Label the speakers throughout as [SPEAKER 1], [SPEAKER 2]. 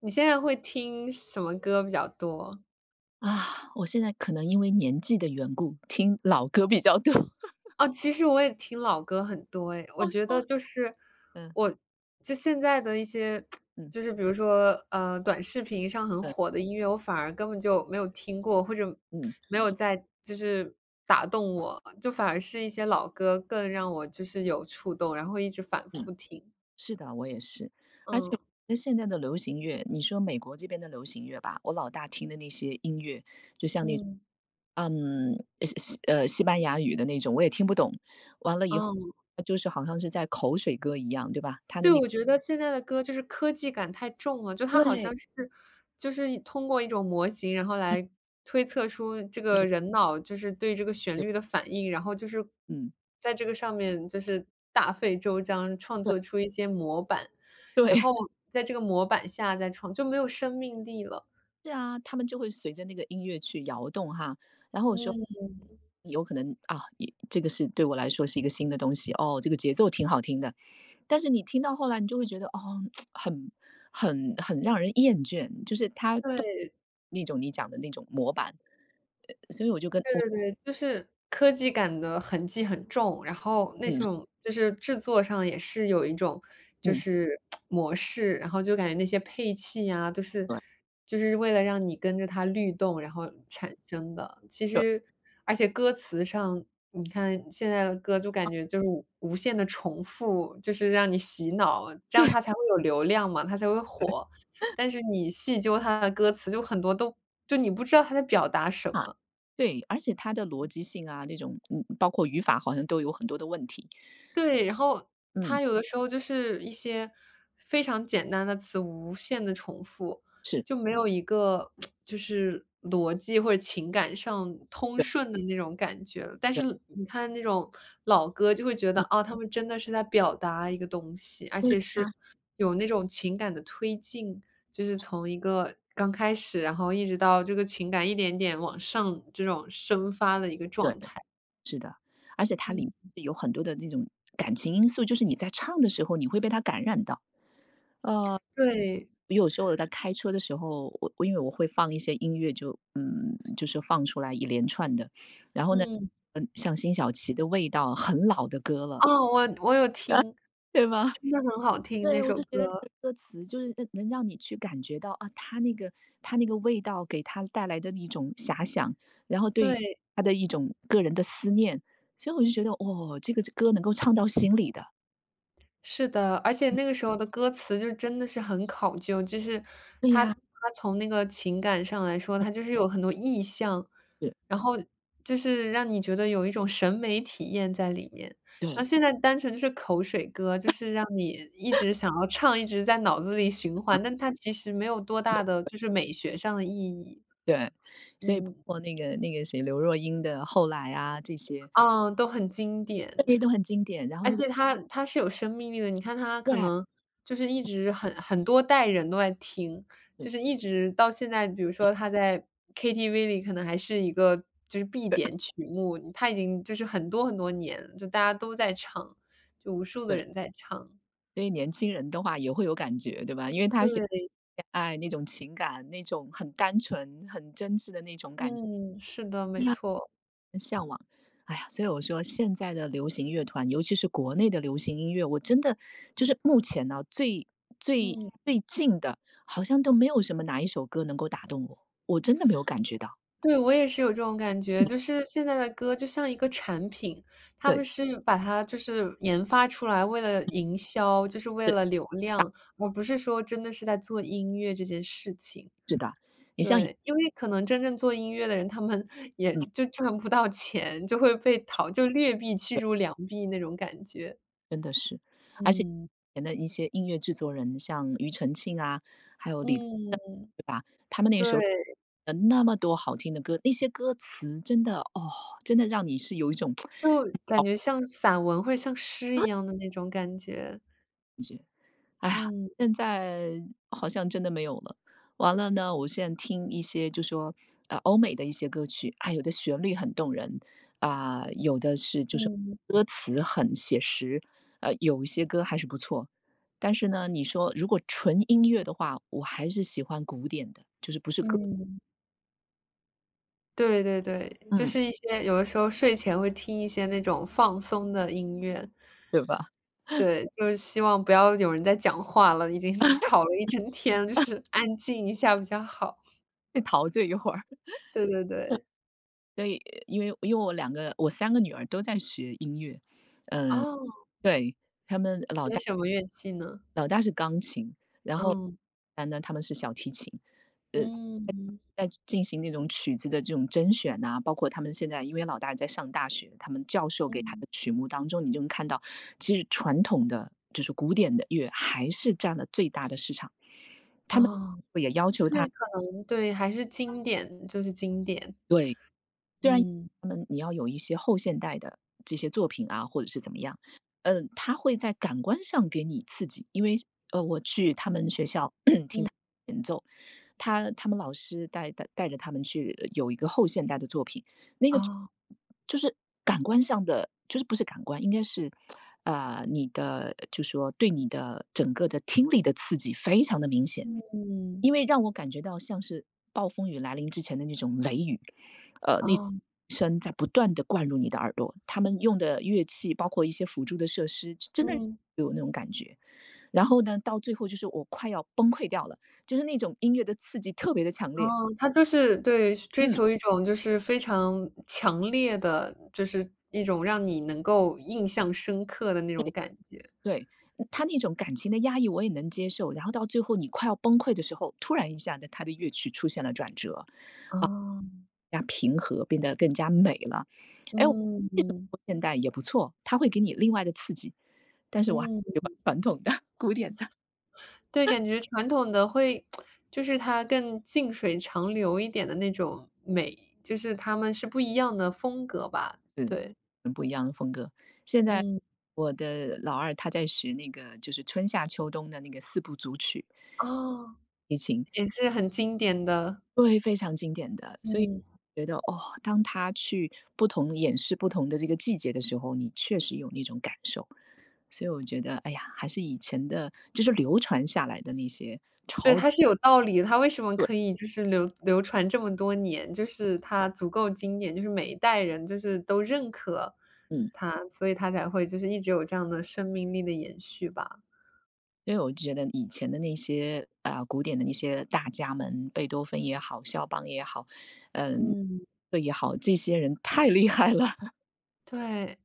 [SPEAKER 1] 你现在会听什么歌比较多？
[SPEAKER 2] 我现在可能因为年纪的缘故，听老歌比较多。
[SPEAKER 1] 哦，其实我也听老歌很多诶，我
[SPEAKER 2] 哦，是
[SPEAKER 1] 觉得
[SPEAKER 2] 吗？
[SPEAKER 1] 就是
[SPEAKER 2] 嗯。
[SPEAKER 1] 我现在的一些
[SPEAKER 2] 嗯。
[SPEAKER 1] 就是比如说，短视频上很
[SPEAKER 2] 嗯
[SPEAKER 1] 火的音乐，我反而根本就没有听过，或者
[SPEAKER 2] 嗯。
[SPEAKER 1] 没有在就是打动我，就反而是一些老歌更让我就是有触动，然后一直反
[SPEAKER 2] 嗯。
[SPEAKER 1] 复听。
[SPEAKER 2] 是的，我也是。而且我
[SPEAKER 1] 嗯，
[SPEAKER 2] 觉得现在的流行乐，你说美国这边的流行乐吧，我老大听的那些音乐，就像那种
[SPEAKER 1] 嗯，
[SPEAKER 2] 嗯，西西班牙语的那种，我也听不懂。完了以后，
[SPEAKER 1] 嗯。
[SPEAKER 2] 就是好像是在口水歌一样，对吧？他的
[SPEAKER 1] 对，
[SPEAKER 2] 那个
[SPEAKER 1] 我觉得现在的歌就是科技感太重了，就它好
[SPEAKER 2] 对。
[SPEAKER 1] 像是就是通过一种模型，然后
[SPEAKER 2] 嗯。
[SPEAKER 1] 来推测出这个人脑就是对这个旋律的反应，然后就是
[SPEAKER 2] 嗯。
[SPEAKER 1] 在这个上面就是大费周章创
[SPEAKER 2] 对。
[SPEAKER 1] 作出一些模板，然
[SPEAKER 2] 对。
[SPEAKER 1] 后在这个模板下再创就没有生命力了。
[SPEAKER 2] 是啊，他们就会随着那个音乐去摇动哈。然后我说，
[SPEAKER 1] 嗯，
[SPEAKER 2] 有可能啊，也这个是对我来说是一个新的东西哦，这个节奏挺好听的。但是你听到后来，你就会觉得哦，很很让人厌倦，就是它都
[SPEAKER 1] 对。
[SPEAKER 2] 那种你讲的那种模板。所以我就跟
[SPEAKER 1] 对
[SPEAKER 2] 我
[SPEAKER 1] 对对，就是科技感的痕迹很重，然后那
[SPEAKER 2] 嗯
[SPEAKER 1] 种就是制作上也是有一种就
[SPEAKER 2] 嗯
[SPEAKER 1] 是模式，然后就感觉那些配器呀，都 是
[SPEAKER 2] 对
[SPEAKER 1] 就是为了让你跟着它律动，然后产生的。其
[SPEAKER 2] 对
[SPEAKER 1] 实而且歌词上，你看现在的歌就感觉就是无限的重复，就是让你洗脑，这样它才会有流量嘛，它才会火。但是你细究它的歌词，就很多都就你不知道它在表达什
[SPEAKER 2] 啊
[SPEAKER 1] 么。
[SPEAKER 2] 对，而且它的逻辑性啊，那种嗯，包括语法好像都有很多的问题。
[SPEAKER 1] 对，然后
[SPEAKER 2] 嗯。
[SPEAKER 1] 它有的时候就是一些非常简单的词无限的重复，
[SPEAKER 2] 是。
[SPEAKER 1] 就没有一个就是逻辑或者情感上通
[SPEAKER 2] 对。
[SPEAKER 1] 顺的那种感觉了。但是你看那种老歌就会觉得，
[SPEAKER 2] 嗯
[SPEAKER 1] 哦，他们真的是在表达一个东西，而且是
[SPEAKER 2] 啊
[SPEAKER 1] 有那种情感的推进，就是从一个刚开始，然后一直到这个情感一点点往上这种生发的一个
[SPEAKER 2] 对。
[SPEAKER 1] 状态。
[SPEAKER 2] 而且它里
[SPEAKER 1] 嗯，
[SPEAKER 2] 面是有很多的那种感情因素，就是你在唱的时候，你会被它感染到。呃，
[SPEAKER 1] 对，
[SPEAKER 2] 有时候我在开车的时候，我因为我会放一些音乐就是放出来一连串的，然后呢，
[SPEAKER 1] 嗯。
[SPEAKER 2] 嗯，像辛晓琪的味道，很老的歌了，
[SPEAKER 1] 哦，我有 听，
[SPEAKER 2] 对吧？
[SPEAKER 1] 真的很好听
[SPEAKER 2] 对，
[SPEAKER 1] 那
[SPEAKER 2] 我
[SPEAKER 1] 首
[SPEAKER 2] 就觉得那
[SPEAKER 1] 歌。
[SPEAKER 2] 个歌词就是能让你去感觉到啊，他那个味道给他带来的一种遐想，然后对于
[SPEAKER 1] 对，
[SPEAKER 2] 他的一种个人的思念，所以我就觉得，哦，这个歌能够唱到心里的。
[SPEAKER 1] 是的，而且
[SPEAKER 2] 嗯。
[SPEAKER 1] 那个时候的歌词就真的是很考究，就是
[SPEAKER 2] 对
[SPEAKER 1] 它
[SPEAKER 2] 呀。
[SPEAKER 1] 它从那个情感上来说，
[SPEAKER 2] 嗯。
[SPEAKER 1] 它就是有很多意象，
[SPEAKER 2] 是。
[SPEAKER 1] 然后就是让你觉得有一种审美体验在里面。然后
[SPEAKER 2] 对
[SPEAKER 1] 现在单纯就是口水歌，就是让你一直想要唱，一直在脑子里循环，但它其实没有多
[SPEAKER 2] 没
[SPEAKER 1] 大的就是美学上的意义。
[SPEAKER 2] 对。所以包
[SPEAKER 1] 嗯，
[SPEAKER 2] 括那个谁，刘若英的《后来》啊，
[SPEAKER 1] 啊，都很经
[SPEAKER 2] 这
[SPEAKER 1] 典。
[SPEAKER 2] 些都很经典，然后
[SPEAKER 1] 而
[SPEAKER 2] 那个
[SPEAKER 1] 且它是有生命力的，你看它可
[SPEAKER 2] 对。
[SPEAKER 1] 能就是一直很很多代人都在听，就
[SPEAKER 2] 是。
[SPEAKER 1] 是一直到现在，比如说它在 KTV 里可能还是一个就是必
[SPEAKER 2] 对。
[SPEAKER 1] 点曲目，它已经就是很多很多年了就大家都在唱，就无数的
[SPEAKER 2] 对。
[SPEAKER 1] 人在唱。
[SPEAKER 2] 所以年轻人的话也会有感觉，对吧？因为他写
[SPEAKER 1] 对，
[SPEAKER 2] 恋爱那种情感，那种很单纯、很真挚的那种感。
[SPEAKER 1] 嗯，是的，没
[SPEAKER 2] 那
[SPEAKER 1] 错，
[SPEAKER 2] 很向往。哎呀，所以我说现在的流行乐团，尤其是国内的流行音乐，我真的就是目前呢、最
[SPEAKER 1] 嗯。
[SPEAKER 2] 最近的，好像都没有什么哪一首歌能够打动我，我真的没有感觉到。
[SPEAKER 1] 对，我也是有这种感觉，就是现在的歌就像一个产品，他们
[SPEAKER 2] 对。
[SPEAKER 1] 是把它就是研发出来，为了营销，就是为
[SPEAKER 2] 是的。
[SPEAKER 1] 了流量，而不是说真的是在做音乐这件事情。
[SPEAKER 2] 是的。你像以
[SPEAKER 1] 对，因为可能真正做音乐的人，他们 也
[SPEAKER 2] 嗯，
[SPEAKER 1] 就赚不到钱，就会被淘就劣币驱
[SPEAKER 2] 对。
[SPEAKER 1] 逐良币那种感觉。
[SPEAKER 2] 真的是，而且以
[SPEAKER 1] 嗯，
[SPEAKER 2] 前的一些音乐制作人，像庾澄庆啊，还有李宗盛，
[SPEAKER 1] 嗯，
[SPEAKER 2] 对吧？他们那个时候
[SPEAKER 1] 对，
[SPEAKER 2] 那么多好听的歌，那些歌词真的哦，真的让你是有一种
[SPEAKER 1] 就 感觉像散文或者像诗一样的那种感觉。
[SPEAKER 2] 哎呀，
[SPEAKER 1] 嗯，
[SPEAKER 2] 现在好像真的没有了。完了呢，我现在听一些就说，呃，欧美的一些歌曲，啊，有的旋律很动人，啊、有的是就是
[SPEAKER 1] 嗯，
[SPEAKER 2] 歌词很写实，呃，有一些歌还是不错。但是呢，你说如果纯音乐的话，我还是喜欢古典的，就是不是歌。
[SPEAKER 1] 嗯。对对对，就
[SPEAKER 2] 嗯。
[SPEAKER 1] 是一些有的时候睡前会听一些那种放松的音乐，对，就是希望不要有人在讲话了，已经 吵了一整天了，就是安静一下比较好。
[SPEAKER 2] 会陶醉一会儿。
[SPEAKER 1] 对对对，
[SPEAKER 2] 所以，因为我两个我三个女儿都在学音乐，
[SPEAKER 1] 哦，
[SPEAKER 2] 对。他们老
[SPEAKER 1] 有
[SPEAKER 2] 大。
[SPEAKER 1] 什么乐器呢？
[SPEAKER 2] 老大是钢琴，
[SPEAKER 1] 嗯，
[SPEAKER 2] 但呢，他们是小提琴，呃，
[SPEAKER 1] 嗯，
[SPEAKER 2] 在进行那种曲子的这种甄选呐、包括他们现在因为老大在上大学，他们教授给他
[SPEAKER 1] 嗯，
[SPEAKER 2] 的曲目当中，你就能看到，其实传统的就是古典的乐还是占了最大的市场。他们
[SPEAKER 1] 哦，
[SPEAKER 2] 也要
[SPEAKER 1] 是
[SPEAKER 2] 求他
[SPEAKER 1] 可能对，还是经典，就是经典，
[SPEAKER 2] 对，虽然
[SPEAKER 1] 嗯，
[SPEAKER 2] 他们你要有一些后现代的这些作品啊，或者是怎么样，嗯、他会在感官上给你刺激，因为我去他们学校
[SPEAKER 1] 嗯，
[SPEAKER 2] 他他们老师带着他们去有一个后现代的作品，那个
[SPEAKER 1] 哦，
[SPEAKER 2] 就是感官上的，就是不是感官，应该是，你的就说对你的整个的听力的刺激非常的明显，因
[SPEAKER 1] 嗯，
[SPEAKER 2] 为让我感觉到像是暴风雨来临之前的那种雷雨，那
[SPEAKER 1] 哦，
[SPEAKER 2] 声在不断的灌入你的耳朵，他们用的乐器，包括一些辅助的设施，真的
[SPEAKER 1] 嗯。
[SPEAKER 2] 有那种感觉。然后呢，到最后就是我快要崩溃掉了，就是那种音乐的刺激特别的强
[SPEAKER 1] 哦，
[SPEAKER 2] 烈。
[SPEAKER 1] 他就是对，追
[SPEAKER 2] 嗯。
[SPEAKER 1] 求一种就是非常强烈的，就是一种让你能够印象深刻的那种
[SPEAKER 2] 对。
[SPEAKER 1] 感觉。
[SPEAKER 2] 对。他那种感情的压抑我也能接受，然后到最后你快要崩溃的时候，突然一下呢，他的乐曲出现了转折，
[SPEAKER 1] 哦，
[SPEAKER 2] 更加平和，变得更加美了。哎，我
[SPEAKER 1] 嗯
[SPEAKER 2] 这种
[SPEAKER 1] 嗯
[SPEAKER 2] 后现代也不错，他会给你另外的刺激，但是我还
[SPEAKER 1] 嗯，
[SPEAKER 2] 喜欢传统的、古典的。
[SPEAKER 1] 对，感觉传统的会就是它更静水长流一点的那种美，就是他们是不一样的风格吧，
[SPEAKER 2] 是。
[SPEAKER 1] 对，
[SPEAKER 2] 很不一样的风格。现在
[SPEAKER 1] 嗯，
[SPEAKER 2] 我的老二他在学那个就是春夏秋冬的那个四部组曲，
[SPEAKER 1] 哦，也是很经典的，
[SPEAKER 2] 对，非常经典的。所以
[SPEAKER 1] 嗯。
[SPEAKER 2] 觉得，哦，当他去不同演示不同的这个季节的时候，你确实有那种感受。所以我觉得，哎呀，还是以前的，就是流传下来的那些。
[SPEAKER 1] 对，它是有道理的，它为什么
[SPEAKER 2] 对。
[SPEAKER 1] 可以就是流传这么多年，就是它足够经典，就是每一代人就是都认可
[SPEAKER 2] 嗯。
[SPEAKER 1] 它，所以它才会就是一直有这样的生命力的延续吧。
[SPEAKER 2] 所以我觉得以前的那些啊、古典的那些大家们，贝多芬也好，肖邦也好，嗯、
[SPEAKER 1] 嗯，
[SPEAKER 2] 这也好，这些人太厉害了。
[SPEAKER 1] 对，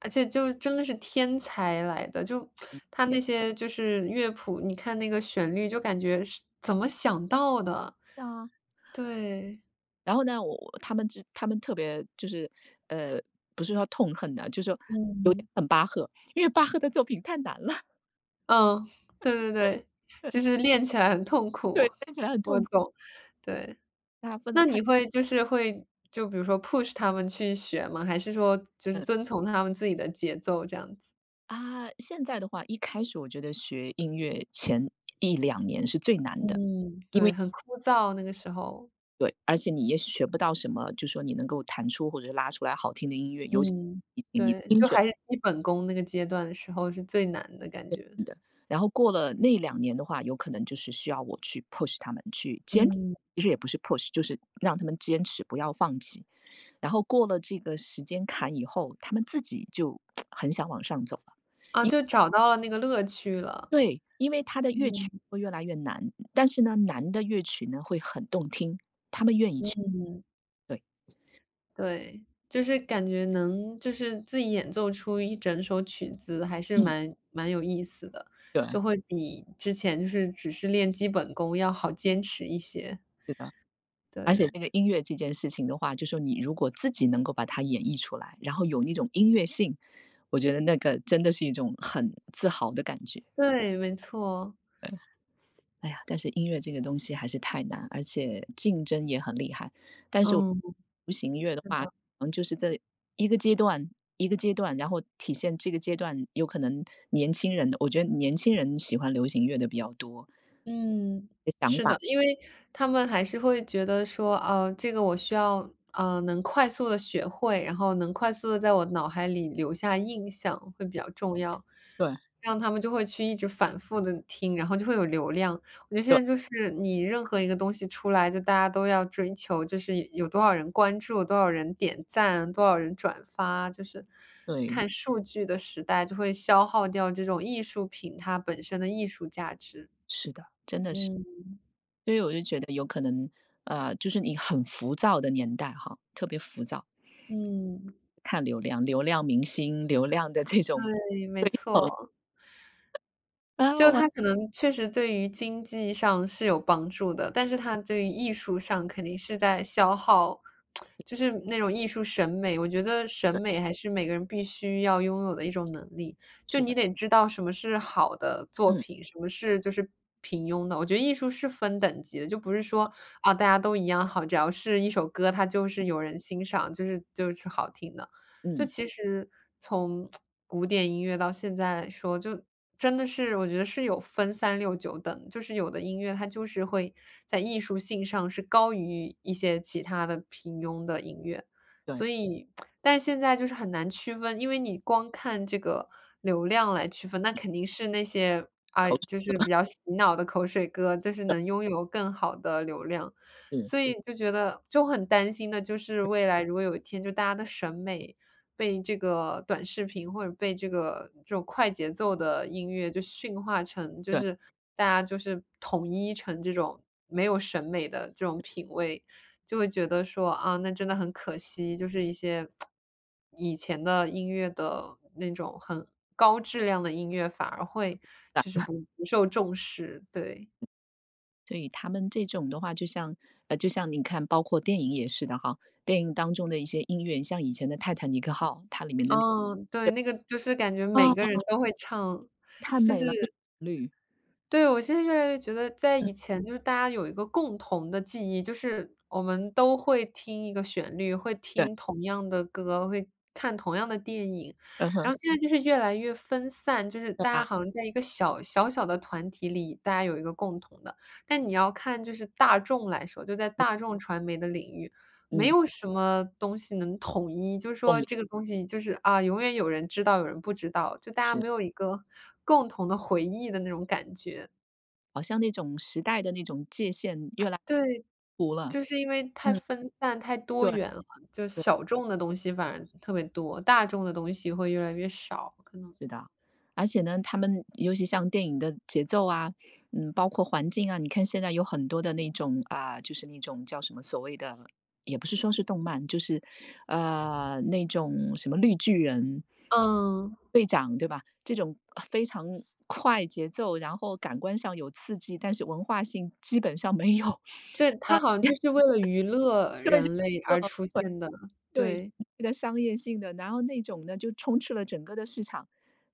[SPEAKER 1] 而且就真的是天才来的，就他那些就是乐谱，你看那个旋律就感觉是怎么想到的。对，
[SPEAKER 2] 然后呢，他们他们特别就是，呃，不是说痛恨的，就是说有点
[SPEAKER 1] 嗯，
[SPEAKER 2] 恨巴赫，因为巴赫的作品太难了。
[SPEAKER 1] 嗯，对对对，就 是练起来很痛
[SPEAKER 2] 对，
[SPEAKER 1] 苦，
[SPEAKER 2] 分起来很
[SPEAKER 1] 我
[SPEAKER 2] 痛苦。
[SPEAKER 1] 懂，对。
[SPEAKER 2] 他分的
[SPEAKER 1] 那
[SPEAKER 2] 太
[SPEAKER 1] 你会就比如说 push 他们去学吗？还是说就是
[SPEAKER 2] 嗯。
[SPEAKER 1] 遵从他们自己的节奏这样子？
[SPEAKER 2] 啊，现在的话，一开始我觉得学音乐前一两年是最难的，
[SPEAKER 1] 嗯，
[SPEAKER 2] 因
[SPEAKER 1] 对，
[SPEAKER 2] 为
[SPEAKER 1] 很枯燥那个时候。
[SPEAKER 2] 对，而且你也学不到什么，就说你能够弹出或者拉出来好听的音乐，尤其
[SPEAKER 1] 嗯，
[SPEAKER 2] 是你你
[SPEAKER 1] 对，
[SPEAKER 2] 听
[SPEAKER 1] 就
[SPEAKER 2] 准
[SPEAKER 1] 还是基本功那个阶段的时候是最难的感觉。
[SPEAKER 2] 的然后过了那两年的话，有可能就是需要我去 push 他们去坚持。
[SPEAKER 1] 嗯。
[SPEAKER 2] 其实也不是 push，就是让他们坚持，不要放弃。然后过了这个时间坎以后，他们自己就 很想往上走了。
[SPEAKER 1] 啊，
[SPEAKER 2] 因
[SPEAKER 1] 就找到了那个乐趣了。
[SPEAKER 2] 对，因为他的乐
[SPEAKER 1] 嗯。
[SPEAKER 2] 曲会越来越难，但是呢，难的乐曲呢会很动听。
[SPEAKER 1] 嗯，
[SPEAKER 2] 对。
[SPEAKER 1] 对，就是感觉能就是自己演奏出一整首曲子还是
[SPEAKER 2] 嗯。
[SPEAKER 1] 蛮有意思的，
[SPEAKER 2] 对。是
[SPEAKER 1] 就会比之前就是只是练基本功要好坚持一些。
[SPEAKER 2] 的。而
[SPEAKER 1] 对，
[SPEAKER 2] 且这个音乐这件事情的话，就说你如果自己能够把它演绎出来，然后有那种音乐性，我觉得那个真的是一种很自豪的感觉。
[SPEAKER 1] 对，没错，
[SPEAKER 2] 哎呀，但是音乐这个东西还是太难，而且竞争也很厉害。但是我
[SPEAKER 1] 嗯，
[SPEAKER 2] 流行乐
[SPEAKER 1] 是
[SPEAKER 2] 的话，
[SPEAKER 1] 的。
[SPEAKER 2] 嗯，就是这一个阶段一个阶段，然后体现这个阶段有可能年轻人的，我觉得年轻人喜欢流行乐的比较多，
[SPEAKER 1] 嗯，
[SPEAKER 2] 的想
[SPEAKER 1] 是
[SPEAKER 2] 法。
[SPEAKER 1] 的，因为他们还是会觉得说，呃，这个我需要，呃，能快速的学会，然后能快速的在我脑海里留下印象会比较重要，
[SPEAKER 2] 对。
[SPEAKER 1] 让他们就会去一直反复的听，然后就会有流量。我觉得现
[SPEAKER 2] 对。
[SPEAKER 1] 在就是你任何一个东西出来，就大家都要追求，就是有多少人关注，多少人点赞，多少人转发，就是
[SPEAKER 2] 对。
[SPEAKER 1] 看数据的时代就会消耗掉这种艺术品它本身的艺术价值，
[SPEAKER 2] 是的。
[SPEAKER 1] 嗯。
[SPEAKER 2] 所以我就觉得有可能，就是你很浮躁的年代哈，特别浮躁，
[SPEAKER 1] 嗯，
[SPEAKER 2] 看流量、流量明星、流量的这种
[SPEAKER 1] 对，没
[SPEAKER 2] 哦。
[SPEAKER 1] 错。就
[SPEAKER 2] 完
[SPEAKER 1] 它可能确实对于经济上是有帮助的，但是它对于艺术上肯定是在消耗就是那种艺术审美，我觉得审
[SPEAKER 2] 全
[SPEAKER 1] 美还是每个人必须要拥有的一种能力。就
[SPEAKER 2] 是的。
[SPEAKER 1] 你得知道什么是好的作
[SPEAKER 2] 嗯
[SPEAKER 1] 品，什么是就是平庸的。我觉得艺术是分等级的，就不是说，啊，大家都一样好，只要是一首歌，它就是有人欣赏，就是就是好听的。就
[SPEAKER 2] 嗯。
[SPEAKER 1] 其实从古典音乐到现在说，就真的是我觉得是有分三六九等，就是有的音乐它就是会在艺术性上是高于一些其他的平庸的音乐，
[SPEAKER 2] 对。
[SPEAKER 1] 所以但是现在就是很难区分，因为你光看这个流量来区分，那肯定是那些啊，就
[SPEAKER 2] 口
[SPEAKER 1] 是比较洗脑的口水歌，就是能拥有更好的流量。
[SPEAKER 2] 水。
[SPEAKER 1] 所以就觉得就很担心的，就是未来如果有一天就大家的审美被这个短视频或者被这个这种快节奏的音乐就驯化成，就
[SPEAKER 2] 对
[SPEAKER 1] 是大家就是统一成这种没有审美的这种品味，就会觉得说，啊，那真的很可惜，就是一些以前的音乐的那种很高质量的音乐反而会
[SPEAKER 2] 的，
[SPEAKER 1] 就是不受重视，对。
[SPEAKER 2] 所以他们这种的话，就像就像你看，包括电影也是的哈，电影当中的一些音乐，像以前的《泰坦尼克号》，它里面的那
[SPEAKER 1] 嗯，对，
[SPEAKER 2] 个
[SPEAKER 1] 那个就是感觉每个人
[SPEAKER 2] 哦。
[SPEAKER 1] 都会唱，
[SPEAKER 2] 太
[SPEAKER 1] 就
[SPEAKER 2] 美
[SPEAKER 1] 是
[SPEAKER 2] 了，绿。
[SPEAKER 1] 对，我现在越来越觉得在
[SPEAKER 2] 嗯。
[SPEAKER 1] 以前就是大家有一个共同的记忆，就是我们都会听一个旋律，会
[SPEAKER 2] 对。
[SPEAKER 1] 听同样的歌，会看同样的电影。
[SPEAKER 2] 嗯哼。
[SPEAKER 1] 然后现在就是越来越分散，就是
[SPEAKER 2] 对
[SPEAKER 1] 大家
[SPEAKER 2] 啊。
[SPEAKER 1] 好像在一个小小的团体里，大家有一个共同的。但你要看就是大众来说，就在大众传媒的领域，没
[SPEAKER 2] 嗯。
[SPEAKER 1] 有什么东西能统一，就是
[SPEAKER 2] 共
[SPEAKER 1] 说
[SPEAKER 2] 鸣。
[SPEAKER 1] 这个东西就是啊，永远有人知道，有人不知道，就大家
[SPEAKER 2] 是。
[SPEAKER 1] 没有一个共同的回忆的那种感觉。
[SPEAKER 2] 好像那种时代的那种界限越来
[SPEAKER 1] 对，
[SPEAKER 2] 越模糊了。
[SPEAKER 1] 就是因为太
[SPEAKER 2] 嗯。
[SPEAKER 1] 分散、太多
[SPEAKER 2] 对。
[SPEAKER 1] 元了，就小众的东西反而特别多，大众的东西会越来越少，可能。
[SPEAKER 2] 是的，而且呢，他们尤其像电影的节奏啊，嗯，包括环境啊，你看现在有很多的那种啊，就是那种叫什么所谓的，也不是说是动漫，就是那种什么绿巨人
[SPEAKER 1] 嗯，
[SPEAKER 2] 队长这种非常快节奏，然后感官上有刺激，但是文化性基本上没有。
[SPEAKER 1] 对，它好像就是为了娱乐
[SPEAKER 2] 对，就
[SPEAKER 1] 人类而出现的，
[SPEAKER 2] 对，
[SPEAKER 1] 对。
[SPEAKER 2] 这个商业性的，然后那种呢就充斥了整个的市场。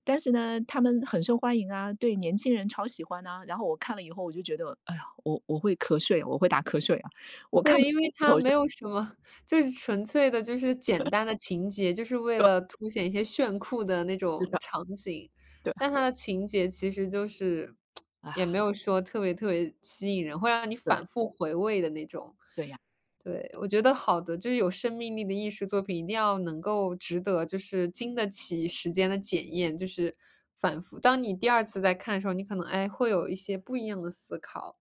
[SPEAKER 2] 但是呢，他们很受欢迎啊，对年轻人超喜欢啊。然后我看了以后，我就觉得，哎呀，我会瞌睡啊，我会打瞌睡啊。我看
[SPEAKER 1] 对，
[SPEAKER 2] 不
[SPEAKER 1] 因为它
[SPEAKER 2] 头
[SPEAKER 1] 没
[SPEAKER 2] 就
[SPEAKER 1] 有什么，就是纯粹的就是简单的情节，就是为
[SPEAKER 2] 对。
[SPEAKER 1] 了凸显一些炫酷的那
[SPEAKER 2] 是
[SPEAKER 1] 种
[SPEAKER 2] 的。
[SPEAKER 1] 场景，
[SPEAKER 2] 对
[SPEAKER 1] 但它的情节其实就是
[SPEAKER 2] 啊。
[SPEAKER 1] 也没有说特别吸引人，会让你
[SPEAKER 2] 对。
[SPEAKER 1] 反复回味的那种。
[SPEAKER 2] 对呀、
[SPEAKER 1] 对，我觉得好的，就是有生命力的艺术作品，一定要能够值得，就是经得起时间的检验，就是反复。当你第二次再看的时候，你可能哎会有一些不一样的思考，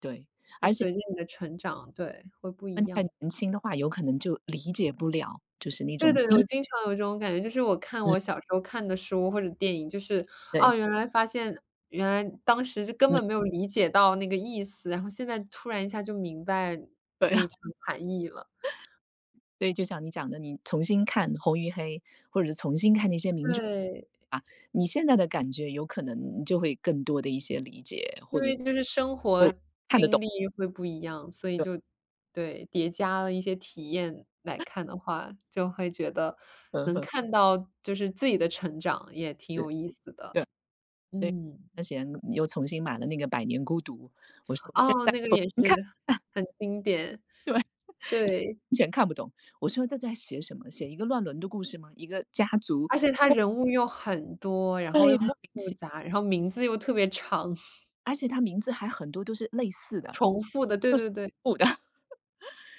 [SPEAKER 2] 对。
[SPEAKER 1] 就
[SPEAKER 2] 而且
[SPEAKER 1] 随着你的成长，对，会不
[SPEAKER 2] 他
[SPEAKER 1] 一
[SPEAKER 2] 们
[SPEAKER 1] 样。
[SPEAKER 2] 太年轻的话，有可能就理解不了，就是那
[SPEAKER 1] 对
[SPEAKER 2] 种
[SPEAKER 1] 对对，
[SPEAKER 2] 精
[SPEAKER 1] 我
[SPEAKER 2] 神
[SPEAKER 1] 经常有这种感觉，就是我看我小时候看的书或者电影，就是
[SPEAKER 2] 对。
[SPEAKER 1] 哦，原来发现当时就根
[SPEAKER 2] 嗯。
[SPEAKER 1] 本没有理解到那个意思，然后现在突然一下就明白
[SPEAKER 2] 对
[SPEAKER 1] 那一
[SPEAKER 2] 啊。
[SPEAKER 1] 层含义了。
[SPEAKER 2] 所以就像你讲的，你重新看《红与黑》，或者重新看那些名著，
[SPEAKER 1] 对，
[SPEAKER 2] 啊，你现在的感觉有可能你就会更多的一些理解，或
[SPEAKER 1] 因
[SPEAKER 2] 者嗯
[SPEAKER 1] 为就是生活
[SPEAKER 2] 哦，看得懂。
[SPEAKER 1] 经历会不一样，所以
[SPEAKER 2] 对。
[SPEAKER 1] 就对，叠加了一些体验来看的话，就会觉得
[SPEAKER 2] 嗯
[SPEAKER 1] 能
[SPEAKER 2] 哼。
[SPEAKER 1] 看到就是自己的成长，也挺
[SPEAKER 2] 是。
[SPEAKER 1] 有意思的。
[SPEAKER 2] 对。对。
[SPEAKER 1] 嗯，
[SPEAKER 2] 那之前又重新买了那个《百年孤独》，我说现
[SPEAKER 1] 哦，
[SPEAKER 2] 在
[SPEAKER 1] 那个
[SPEAKER 2] 重
[SPEAKER 1] 也
[SPEAKER 2] 新
[SPEAKER 1] 是
[SPEAKER 2] 看
[SPEAKER 1] 很经典，对，
[SPEAKER 2] 完全看不懂，我说这在写什么？写一个乱伦的故事吗？一个家族
[SPEAKER 1] 而且他人物又很多，然后
[SPEAKER 2] 对，
[SPEAKER 1] 又很
[SPEAKER 2] 莫名
[SPEAKER 1] 复
[SPEAKER 2] 其
[SPEAKER 1] 杂，然后名字又特别长，
[SPEAKER 2] 而且他名字还很多都是类似的，
[SPEAKER 1] 重复的，对
[SPEAKER 2] 都是
[SPEAKER 1] 对对，
[SPEAKER 2] 重复的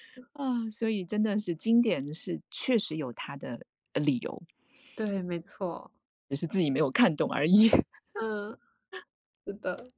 [SPEAKER 2] 啊，所以真的是经典是确实有它的，理由，
[SPEAKER 1] 对，没错，
[SPEAKER 2] 只是自己没有看懂而已。
[SPEAKER 1] 嗯，是的。